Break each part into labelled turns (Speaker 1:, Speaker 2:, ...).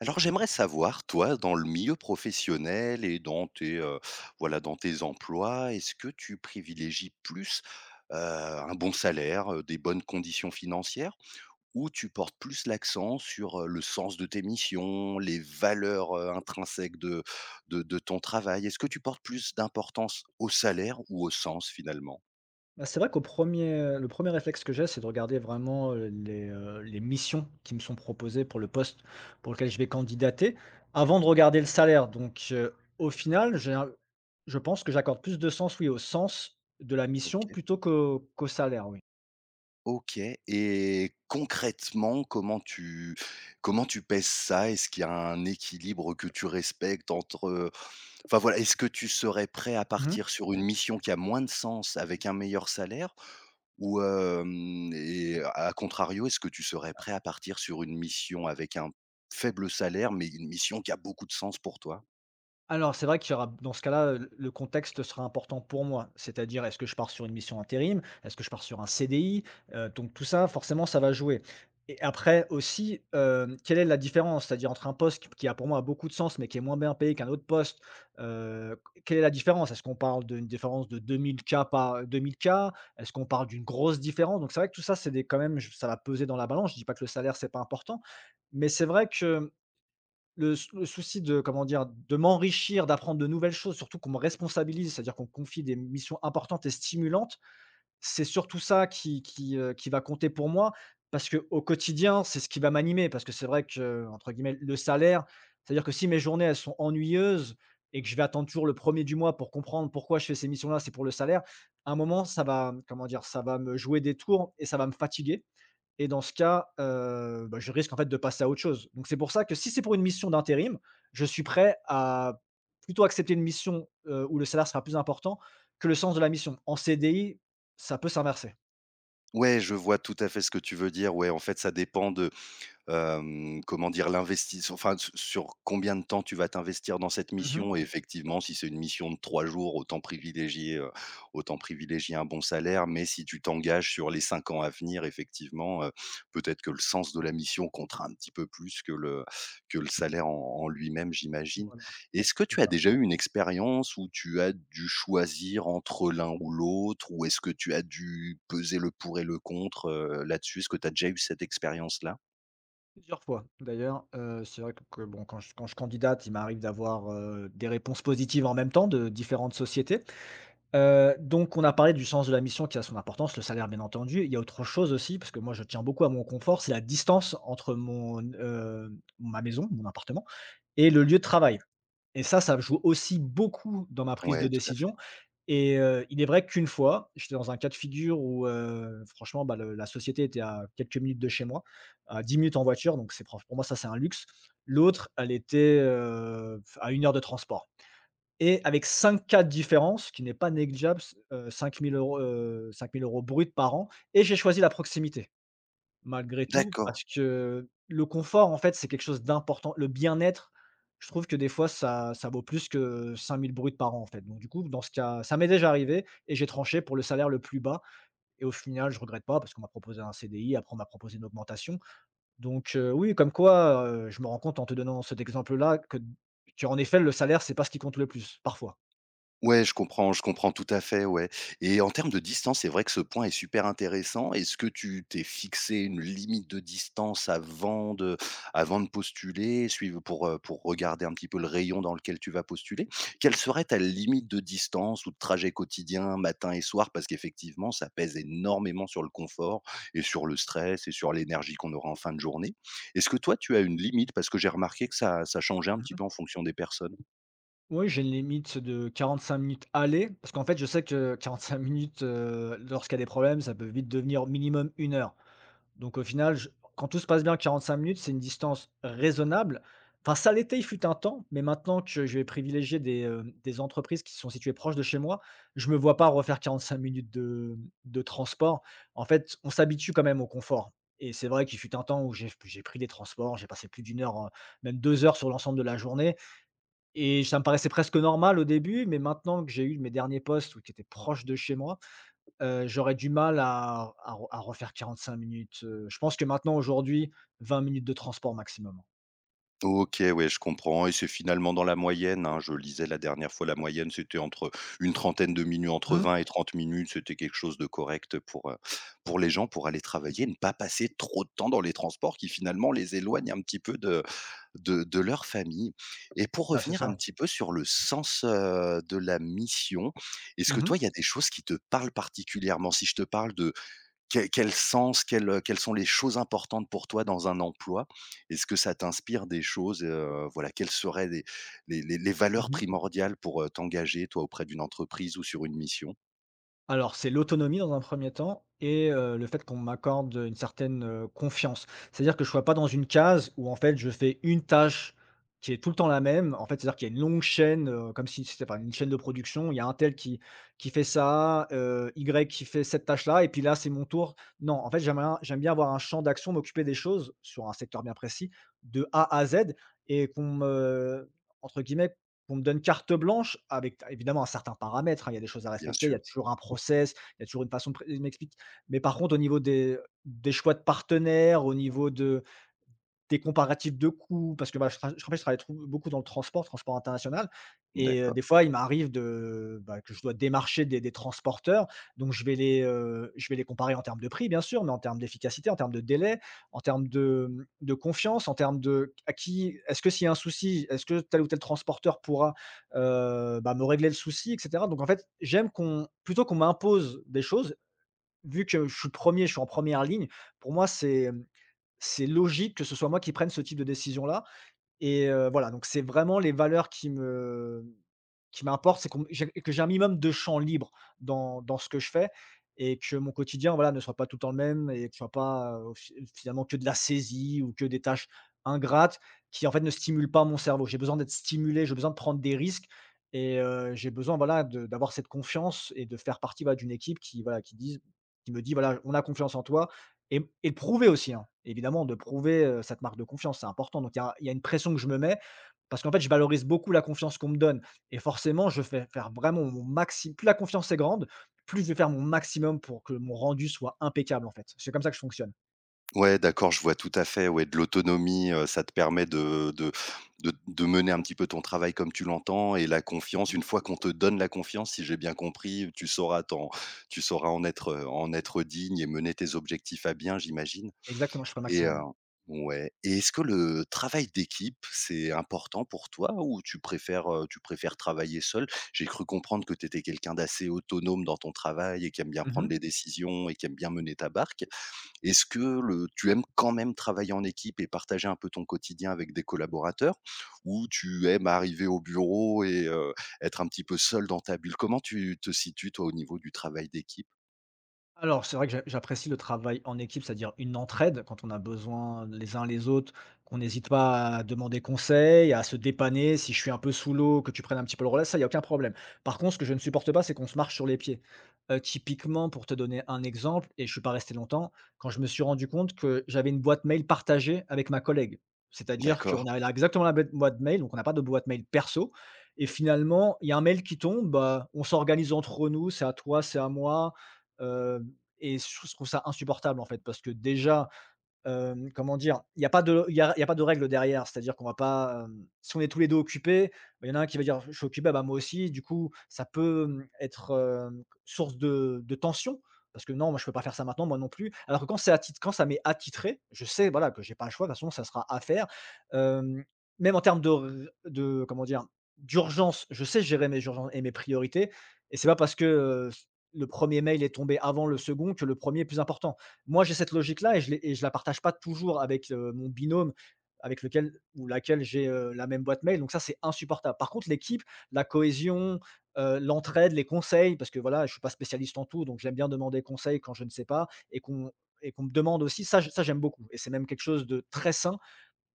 Speaker 1: Alors j'aimerais savoir, toi, dans le milieu professionnel et dans tes emplois, est-ce que tu privilégies plus, un bon salaire, des bonnes conditions financières ou tu portes plus l'accent sur, le sens de tes missions, les valeurs, intrinsèques de ton travail? Est-ce que tu portes plus d'importance au salaire ou au sens finalement?
Speaker 2: Bah, c'est vrai qu'au premier, le premier réflexe que j'ai, c'est de regarder vraiment, les missions qui me sont proposées pour le poste pour lequel je vais candidater, avant de regarder le salaire. Donc, au final, j'ai un je pense que j'accorde plus de sens, oui, au sens de la
Speaker 1: Ok.
Speaker 2: mission plutôt qu'au salaire, oui.
Speaker 1: OK, et concrètement, comment tu pèses ça? Est-ce qu'il y a un équilibre que tu respectes entre, enfin voilà, est-ce que tu serais prêt à
Speaker 2: Mmh.
Speaker 1: partir sur une mission qui a moins de sens avec un meilleur salaire? Ou, hem et à contrario, est-ce que tu serais prêt à partir sur une mission avec un faible salaire, mais une mission qui a beaucoup de sens pour toi?
Speaker 2: Alors, c'est vrai qu'il y aura dans ce cas-là, le contexte sera important pour moi. C'est-à-dire, est-ce que je pars sur une mission intérim? Est-ce que je pars sur un CDI? Donc tout ça, forcément, ça va jouer, et après aussi, quelle est la différence? C'est-à-dire entre un poste qui a pour moi beaucoup de sens, mais qui est moins bien payé qu'un autre poste, heu, quelle est la différence? Est-ce qu'on parle d'une différence de 2000 K par 2000 K? Est-ce qu'on parle d'une grosse différence? Donc c'est vrai que tout ça, c'est des quand même, j ça va peser dans la balance. Je dis pas que le salaire, c'est pas important, mais c'est vrai que le souci de, comment dire? De m'enrichir, d'apprendre de nouvelles choses, surtout qu'on me responsabilise, c'est-à-dire qu'on me confie des missions importantes et stimulantes. C'est surtout ça qui va compter pour moi parce que au quotidien, c'est ce qui va m'animer. Parce que c'est vrai que entre guillemets «le salaire», c'est-à-dire que si mes journées, elles sont ennuyeuses et que je vais attendre toujours le premier du mois pour comprendre pourquoi je fais ces missions-là, c'est pour le salaire. À un moment, ça va, comment dire? Ça va me jouer des tours et ça va me fatiguer et dans ce cas, bah, je risque, en fait, de passer à autre chose. Donc c'est pour ça que si c'est pour une mission d'intérim, je suis prêt à plutôt accepter une mission, où le salaire sera plus important que le sens de la mission. En CDI, ça peut s'inverser.
Speaker 1: Ouais, je vois tout à fait ce que tu veux dire. Ouais, en fait, ça dépend de comment dire? L'investis enfin, su sur combien de temps tu vas t'investir dans cette
Speaker 2: Mmh.
Speaker 1: mission et effectivement, si c'est une mission de 3 jours, autant privilégier un bon salaire, mais si tu t'engages sur les 5 ans à venir, effectivement, peut-être que le sens de la mission comptera un petit peu plus que le salaire en lui-même, j'imagine.
Speaker 2: Voilà,
Speaker 1: Est-ce que
Speaker 2: c'est
Speaker 1: tu as
Speaker 2: ça.
Speaker 1: déjà eu une expérience où tu as dû choisir entre l'un ou l'autre? Ou est-ce que tu as dû peser le pour et le contre, là-dessus? Est-ce que tu as déjà eu cette expérience-là?
Speaker 2: Plusieurs fois d'ailleurs, c'est vrai que bon, quand je candidate, il m'arrive d'avoir, des réponses positives en même temps de différentes sociétés. Donc on a parlé du sens de la mission qui a son importance, le salaire bien entendu. Il y a autre chose aussi, parce que moi je tiens beaucoup à mon confort, c'est la distance entre mon, ma maison, mon appartement et le lieu de travail, et ça joue aussi beaucoup dans ma prise
Speaker 1: Ouais,
Speaker 2: de
Speaker 1: tout à fait.
Speaker 2: décision. Et il est vrai qu'une fois, j'étais dans un cas de figure où, franchement, bah, le la société était à quelques minutes de chez moi, à 10 minutes en voiture, donc c'est pour moi ça c'est un luxe. L'autre, elle était, à 1 heure de transport. Et avec 5 cas de différence, ce qui n'est pas négligeable, c 5 000 €, 5 000 € bruts par an, et j'ai choisi la proximité, malgré tout,
Speaker 1: D'accord.
Speaker 2: parce que le confort, en fait, c'est quelque chose d'important. Le bien-être, je trouve que des fois ça vaut plus que 5 000 bruts par an, en fait. Donc du coup, dans ce cas, ça m'est déjà arrivé et j'ai tranché pour le salaire le plus bas, et au final, je regrette pas parce qu'on m'a proposé un CDI, après on m'a proposé une augmentation. Donc oui, comme quoi, je me rends compte en te donnant cet exemple-là que en effet, le salaire, c'est pas ce qui compte le plus, parfois.
Speaker 1: Ouais, je comprends tout à fait, ouais, et en termes de distance, c'est vrai que ce point est super intéressant. Est-ce que tu t'es fixé une limite de distance avant de postuler, suivre pour regarder un petit peu le rayon dans lequel tu vas postuler? Quelle serait ta limite de distance ou de trajet quotidien matin et soir? Parce qu'effectivement, ça pèse énormément sur le confort et sur le stress et sur l'énergie qu'on aura en fin de journée. Est-ce que toi, tu as une limite? Parce que j'ai remarqué que ça changeait un petit
Speaker 2: Mmh.
Speaker 1: peu en fonction des personnes.
Speaker 2: Oui, j'ai une limite de 45 minutes aller, parce qu'en fait, je sais que 45 minutes, lorsqu'il y a des problèmes, ça peut vite devenir minimum une heure. Donc au final, je quand tout se passe bien, 45 minutes, c'est une distance raisonnable. Enfin, ça l'était, il fut un temps, mais maintenant que je vais privilégier des entreprises qui sont situées proches de chez moi, je ne me vois pas refaire 45 minutes de, de transport. En fait, on s'habitue quand même au confort, et c'est vrai qu'il fut un temps où j'ai pris des transports, j'ai passé plus d'1 heure, même 2 heures sur l'ensemble de la journée, et ça me paraissait presque normal au début, mais maintenant que j'ai eu mes derniers postes ou qui étaient proches de chez moi, j'aurais du mal à refaire 45 minutes, je pense que maintenant aujourd'hui, 20 minutes de transport maximum.
Speaker 1: OK, ouais, je comprends, et c'est finalement dans la moyenne, hein. Je lisais la dernière fois, la moyenne, c'était entre une trentaine de minutes, entre
Speaker 2: Mmh.
Speaker 1: 20 et 30 minutes. C'était quelque chose de correct pour les gens, pour aller travailler, ne pas passer trop de temps dans les transports qui finalement les éloignent un petit peu de leur famille, et pour
Speaker 2: Ah, c'est
Speaker 1: revenir un
Speaker 2: ça.
Speaker 1: petit peu sur le sens, de la mission, est-ce que
Speaker 2: Mmh
Speaker 1: toi,
Speaker 2: mh.
Speaker 1: il y a des choses qui te parlent particulièrement? Si je te parle de quel sens, quelles sont les choses importantes pour toi dans un emploi? Est-ce que ça t'inspire des choses, voilà, quelles seraient les valeurs
Speaker 2: Mmh.
Speaker 1: primordiales pour t'engager, toi, auprès d'une entreprise ou sur une mission?
Speaker 2: Alors, c'est l'autonomie dans un premier temps et le fait qu'on m'accorde, une certaine, confiance. C'est-à-dire que je ne sois pas dans une case où en fait je fais une tâche qui est tout le temps la même. En fait, c'est-à-dire qu'il y a une longue chaîne, comme si c'était par une chaîne de production. Il y a un tel qui fait ça, Y qui fait cette tâche-là et puis là, c'est mon tour. Non, en fait, j'aime bien avoir un champ d'action, m'occuper des choses sur un secteur bien précis de A à Z, et qu'on me, entre guillemets, qu'on me donne carte blanche avec évidemment un certain paramètre, hein, il y a des choses à
Speaker 1: Bien
Speaker 2: respecter, il y
Speaker 1: sûr.
Speaker 2: a toujours un process, il y a toujours une façon de pré m'explique. Mais par contre au niveau des choix de partenaires, au niveau de des comparatifs de coûts, parce que bah, je rappelle, je travaille trou beaucoup dans le transport, transport international, et
Speaker 1: D'accord.
Speaker 2: des fois, il m'arrive de bah, que je dois démarcher des transporteurs, donc je vais les comparer en termes de prix, bien sûr, mais en termes d'efficacité, en termes de délai, en termes de, de confiance, en termes de à qui est-ce que s'il y a un souci, est-ce que tel ou tel transporteur pourra, bah, me régler le souci et cetera? Donc en fait, j'aime qu'on plutôt qu'on m'impose des choses, vu que je suis premier, je suis en première ligne, pour moi, c'est logique que ce soit moi qui prenne ce type de décision-là, et voilà, donc c'est vraiment les valeurs qui m'importent, c'est qu'on j'ai un minimum de champ libre dans ce que je fais, et que mon quotidien, voilà, ne soit pas tout le temps le même et que ce soit pas, fi finalement que de la saisie ou que des tâches ingrates qui, en fait, ne stimulent pas mon cerveau. J'ai besoin d'être stimulé, j'ai besoin de prendre des risques, et j'ai besoin, voilà, de d'avoir cette confiance et de faire partie, voilà, d'une équipe qui, voilà, qui me dit: «Voilà, on a confiance en toi». Et et de prouver aussi, hein, évidemment, de prouver, cette marque de confiance, c'est important. Donc il y a une pression que je me mets parce qu'en fait, je valorise beaucoup la confiance qu'on me donne, et forcément, je fais faire vraiment mon maximum, plus la confiance est grande, plus je vais faire mon maximum pour que mon rendu soit impeccable, en fait. C'est comme ça que je fonctionne.
Speaker 1: Ouais, d'accord, je vois tout à fait, ouais, de l'autonomie, ça te permet de mener un petit peu ton travail comme tu l'entends, et la confiance,
Speaker 2: Mmh.
Speaker 1: une fois qu'on te donne la confiance, si j'ai bien compris, tu sauras en être digne et mener tes objectifs à bien, j'imagine?
Speaker 2: Exactement, je ferai le
Speaker 1: Et
Speaker 2: maximum,
Speaker 1: heu
Speaker 2: ouais.
Speaker 1: ouais, et est-ce que le travail d'équipe, c'est important pour toi ou tu préfères travailler seul? J'ai cru comprendre que tu étais quelqu'un d'assez autonome dans ton travail et qui aime bien prendre
Speaker 2: Mmh.
Speaker 1: les décisions et qui aime bien mener ta barque. Est-ce que le tu aimes quand même travailler en équipe et partager un peu ton quotidien avec des collaborateurs? Ou tu aimes arriver au bureau et être un petit peu seul dans ta bulle? Comment tu te situes toi au niveau du travail d'équipe?
Speaker 2: Alors, c'est vrai que j'apprécie le travail en équipe, c'est-à-dire une entraide quand on a besoin les uns les autres, qu'on n'hésite pas à demander conseil, à se dépanner. Si je suis un peu sous l'eau, que tu prennes un petit peu le relais, ça, il y a aucun problème. Par contre, ce que je ne supporte pas, c'est qu'on se marche sur les pieds. Typiquement, pour te donner un exemple, et je suis pas resté longtemps, quand je me suis rendu compte que j'avais une boîte mail partagée avec ma collègue. C'est-à-dire qu'on
Speaker 1: D'accord.
Speaker 2: a la exactement la bête boîte mail, donc on n'a pas de boîte mail perso, et finalement, il y a un mail qui tombe, bah, on s'organise entre nous, c'est à toi, c'est à moi, euh, et je trouve ça insupportable, en fait, parce que déjà, comment dire? Il y a pas de règle derrière, c'est-à-dire qu'on va pas, si on est tous les 2 occupés, bah, il y en a un qui va dire: «Je suis occupé, bah, moi aussi». Du coup, ça peut, être, source de tension parce que: «Non, moi, je peux pas faire ça maintenant, moi non plus». Alors que quand c'est attit quand ça m'est attitré, je sais, voilà, que j'ai pas le choix, de toute façon, ça sera à faire. Hem, même en termes de comment dire? D'urgence, je sais gérer mes urgences et mes priorités et c'est pas parce que, le premier mail est tombé avant le second que le premier est plus important. Moi, j'ai cette logique-là et je la partage pas toujours avec, mon binôme avec lequel ou laquelle j'ai, la même boîte mail, donc ça, c'est insupportable. Par contre, l'équipe, la cohésion, l'entraide, les conseils, parce que voilà, je suis pas spécialiste en tout, donc j'aime bien demander conseil quand je ne sais pas et qu'on me demande aussi, ça, j'aime beaucoup et c'est même quelque chose de très sain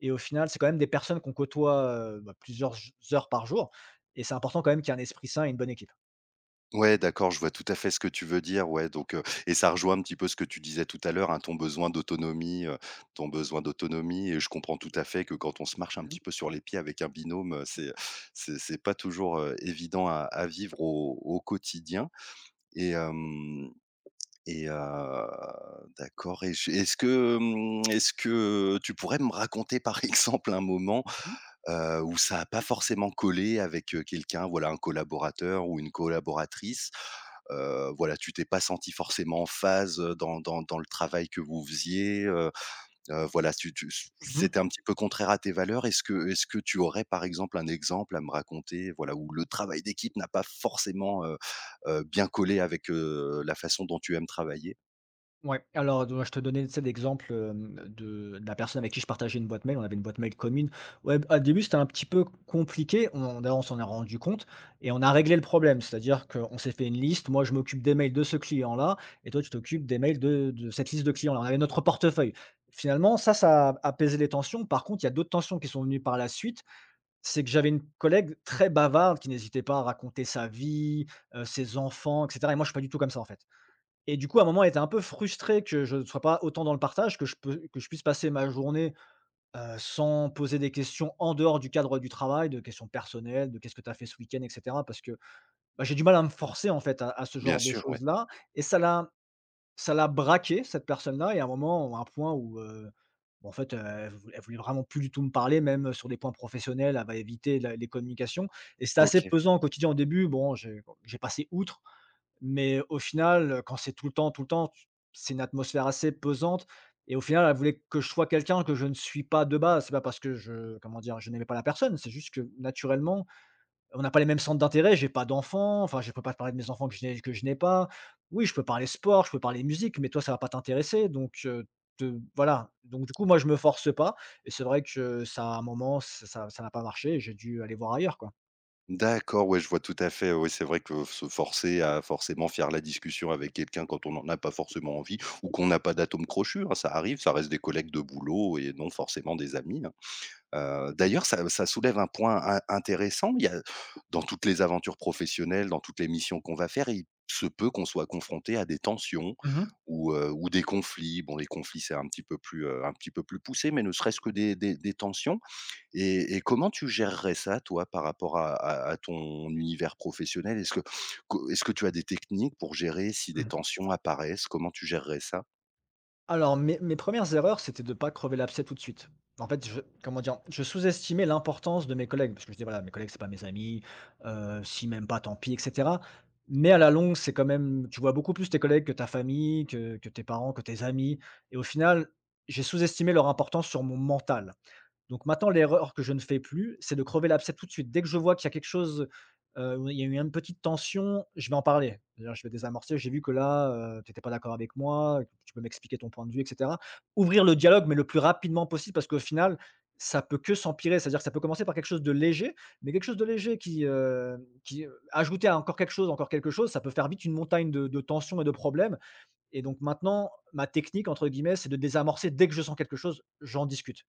Speaker 2: et au final, c'est quand même des personnes qu'on côtoie, bah, plusieurs j heures par jour et c'est important quand même qu'il y ait un esprit sain et une bonne équipe.
Speaker 1: Ouais, d'accord, je vois tout à fait ce que tu veux dire, ouais, donc et ça rejoint un petit peu ce que tu disais tout à l'heure, hein, ton besoin d'autonomie, et je comprends tout à fait que quand on se marche un
Speaker 2: Mmh.
Speaker 1: petit peu sur les pieds avec un binôme, c'est pas toujours, évident à vivre au quotidien et hem et d'accord, et je est-ce que, tu pourrais me raconter, par exemple, un moment,
Speaker 2: Mmh.
Speaker 1: où ça a pas forcément collé avec, quelqu'un, voilà, un collaborateur ou une collaboratrice? Voilà, tu t'es pas senti forcément en phase, dans le travail que vous faisiez voilà, tu tu
Speaker 2: Mmh.
Speaker 1: c'était un petit peu contraire à tes valeurs. Est-ce que tu aurais, par exemple, un exemple à me raconter, voilà, où le travail d'équipe n'a pas forcément, bien collé avec, la façon dont tu aimes travailler?
Speaker 2: Ouais, alors de je te donnais, tu sais, l'exemple, de la personne avec qui je partageais une boîte mail. On avait une boîte mail commune. Ouais, bah, au début, c'était un petit peu compliqué. On d'ailleurs, on s'en est rendu compte et on a réglé le problème. C'est-à-dire qu'on s'est fait une liste. Moi, je m'occupe des mails de ce client-là et toi, tu t'occupes des mails de cette liste de clients-là. On avait notre portefeuille. Finalement, ça a apaisé les tensions. Par contre, il y a d'autres tensions qui sont venues par la suite. C'est que j'avais une collègue très bavarde qui n'hésitait pas à raconter sa vie, ses enfants et cetera et moi, je suis pas du tout comme ça, en fait. Et du coup, à un moment, elle était un peu frustrée que je ne sois pas autant dans le partage, que je puisse passer ma journée, sans poser des questions en dehors du cadre du travail, de questions personnelles, de: «Qu'est-ce que tu as fait ce week-end?» et cetera parce que, bah, j'ai du mal à me forcer, en fait, à ce
Speaker 1: Bien
Speaker 2: genre de
Speaker 1: sûr, ouais.
Speaker 2: choses-là et ça l'a braqué cette personne-là et à un moment, à un point où, bah, en fait, elle voulait vraiment plus du tout me parler, même, sur des points professionnels, elle va éviter la les communications et c'était assez
Speaker 1: OK.
Speaker 2: pesant au quotidien. Au début, bon, j'ai passé outre mais au final, quand c'est tout le temps, tu c'est une atmosphère assez pesante et au final, elle voulait que je sois quelqu'un que je ne suis pas de base. C'est pas parce que je comment dire? Je n'aimais pas la personne, c'est juste que naturellement, on n'a pas les mêmes centres d'intérêt. J'ai pas d'enfants, enfin, je peux pas te parler de mes enfants que je n'ai pas. Oui, je peux parler sport, je peux parler musique, mais toi, ça va pas t'intéresser, donc te voilà. Donc du coup, moi, je me force pas et c'est vrai que ça, à un moment, ça n'a pas marché et j'ai dû aller voir ailleurs, quoi.
Speaker 1: D'accord, ouais, je vois tout à fait. Oui, c'est vrai que se forcer à forcément faire la discussion avec quelqu'un quand on n'en a pas forcément envie ou qu'on n'a pas d'atome crochu, hein, ça arrive, ça reste des collègues de boulot et non forcément des amis, hein. D'ailleurs, ça soulève un point in intéressant. Il y a Dans toutes les aventures professionnelles, dans toutes les missions qu'on va faire, il se peut qu'on soit confronté à des tensions
Speaker 2: Mmh.
Speaker 1: ou des conflits. Bon, les conflits, c'est un petit peu plus, un petit peu plus poussé, mais ne serait-ce que des tensions, et comment tu gérerais ça, toi, par rapport à ton univers professionnel? Est-ce que co est-ce que tu as des techniques pour gérer si des
Speaker 2: Mmh.
Speaker 1: tensions apparaissent? Comment tu gérerais ça?
Speaker 2: Alors, mes premières erreurs, c'était de ne pas crever l'abcès tout de suite. En fait, je comment dire? Je sous-estimais l'importance de mes collègues parce que je dis: «Voilà, mes collègues, c'est pas mes amis, s'ils m'aiment pas, tant pis» et cetera. Mais à la longue, c'est quand même tu vois beaucoup plus tes collègues que ta famille, que tes parents, que tes amis et au final, j'ai sous-estimé leur importance sur mon mental. Donc maintenant, l'erreur que je ne fais plus, c'est de crever l'abcès tout de suite. Dès que je vois qu'il y a quelque chose, où il y a eu une petite tension, je vais en parler. C'est-à-dire, je vais désamorcer: «J'ai vu que là, tu n'étais pas d'accord avec moi, que tu peux m'expliquer ton point de vue?» et cetera. Ouvrir le dialogue, mais le plus rapidement possible parce qu'au final, ça peut que s'empirer. C'est-à-dire que ça peut commencer par quelque chose de léger, mais quelque chose de léger qui, ajouté à encore quelque chose, ça peut faire vite une montagne de tensions et de problèmes et donc maintenant, ma «technique» entre guillemets, c'est de désamorcer dès que je sens quelque chose, j'en discute.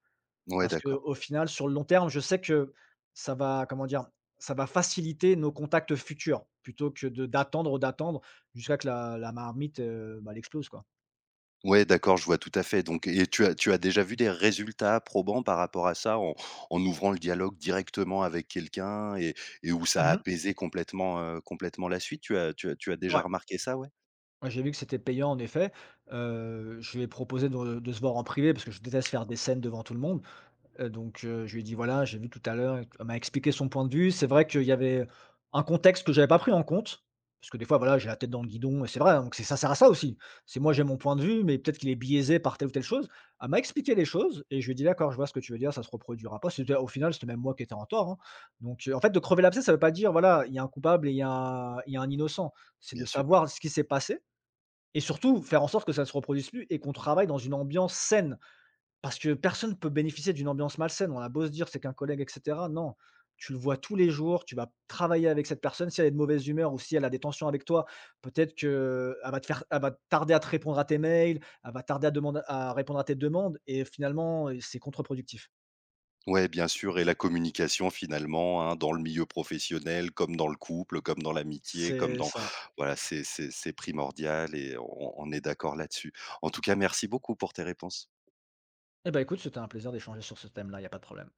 Speaker 1: Ouais,
Speaker 2: Parce que
Speaker 1: d'accord.
Speaker 2: au final, sur le long terme, je sais que ça va, comment dire? Ça va faciliter nos contacts futurs, plutôt que de d'attendre, d'attendre jusqu'à que la marmite, bah, elle explose, quoi.
Speaker 1: Ouais, d'accord, je vois tout à fait. Donc et tu as déjà vu des résultats probants par rapport à ça en ouvrant le dialogue directement avec quelqu'un, et où ça a
Speaker 2: Mmh.
Speaker 1: apaisé complètement la suite? Tu as déjà
Speaker 2: Ouais,
Speaker 1: remarqué ça, ouais?
Speaker 2: ouais, j'ai vu que c'était payant en effet. Je lui ai proposé de se voir en privé parce que je déteste faire des scènes devant tout le monde. Donc je lui ai dit: «Voilà, j'ai vu tout à l'heure» elle m'a expliqué son point de vue. C'est vrai qu'il y avait un contexte que j'avais pas pris en compte, parce que des fois, voilà, j'ai la tête dans le guidon et c'est vrai, hein, donc c'est ça sert à ça aussi. C'est moi j'ai mon point de vue, mais peut-être qu'il est biaisé par telle ou telle chose. Elle m'a expliqué les choses et je lui ai dit: «D'accord, je vois ce que tu veux dire, ça se reproduira pas». C'était au final, c'était même moi qui étais en tort, hein. Donc en fait, de crever l'abcès, ça veut pas dire, voilà, il y a un coupable et il y a un innocent. C'est de
Speaker 1: Bien sûr.
Speaker 2: savoir ce qui s'est passé et surtout faire en sorte que ça ne se reproduise plus et qu'on travaille dans une ambiance saine. Parce que personne ne peut bénéficier d'une ambiance malsaine. On a beau se dire: «C'est qu'un collègue» et cetera. Non, tu le vois tous les jours, tu vas travailler avec cette personne. Si elle est de mauvaise humeur ou si elle a des tensions avec toi, peut-être qu'elle va tarder à te répondre à tes mails, elle va tarder à répondre à tes demandes et finalement, c'est contre-productif.
Speaker 1: Ouais, bien sûr, et la communication finalement, hein, dans le milieu professionnel comme dans le couple, comme dans l'amitié, comme
Speaker 2: C'est
Speaker 1: dans
Speaker 2: ça.
Speaker 1: voilà, c'est primordial, et on est d'accord là-dessus. En tout cas, merci beaucoup pour tes réponses.
Speaker 2: Eh ben écoute, c'était un plaisir d'échanger sur ce thème-là, il y a pas de problème.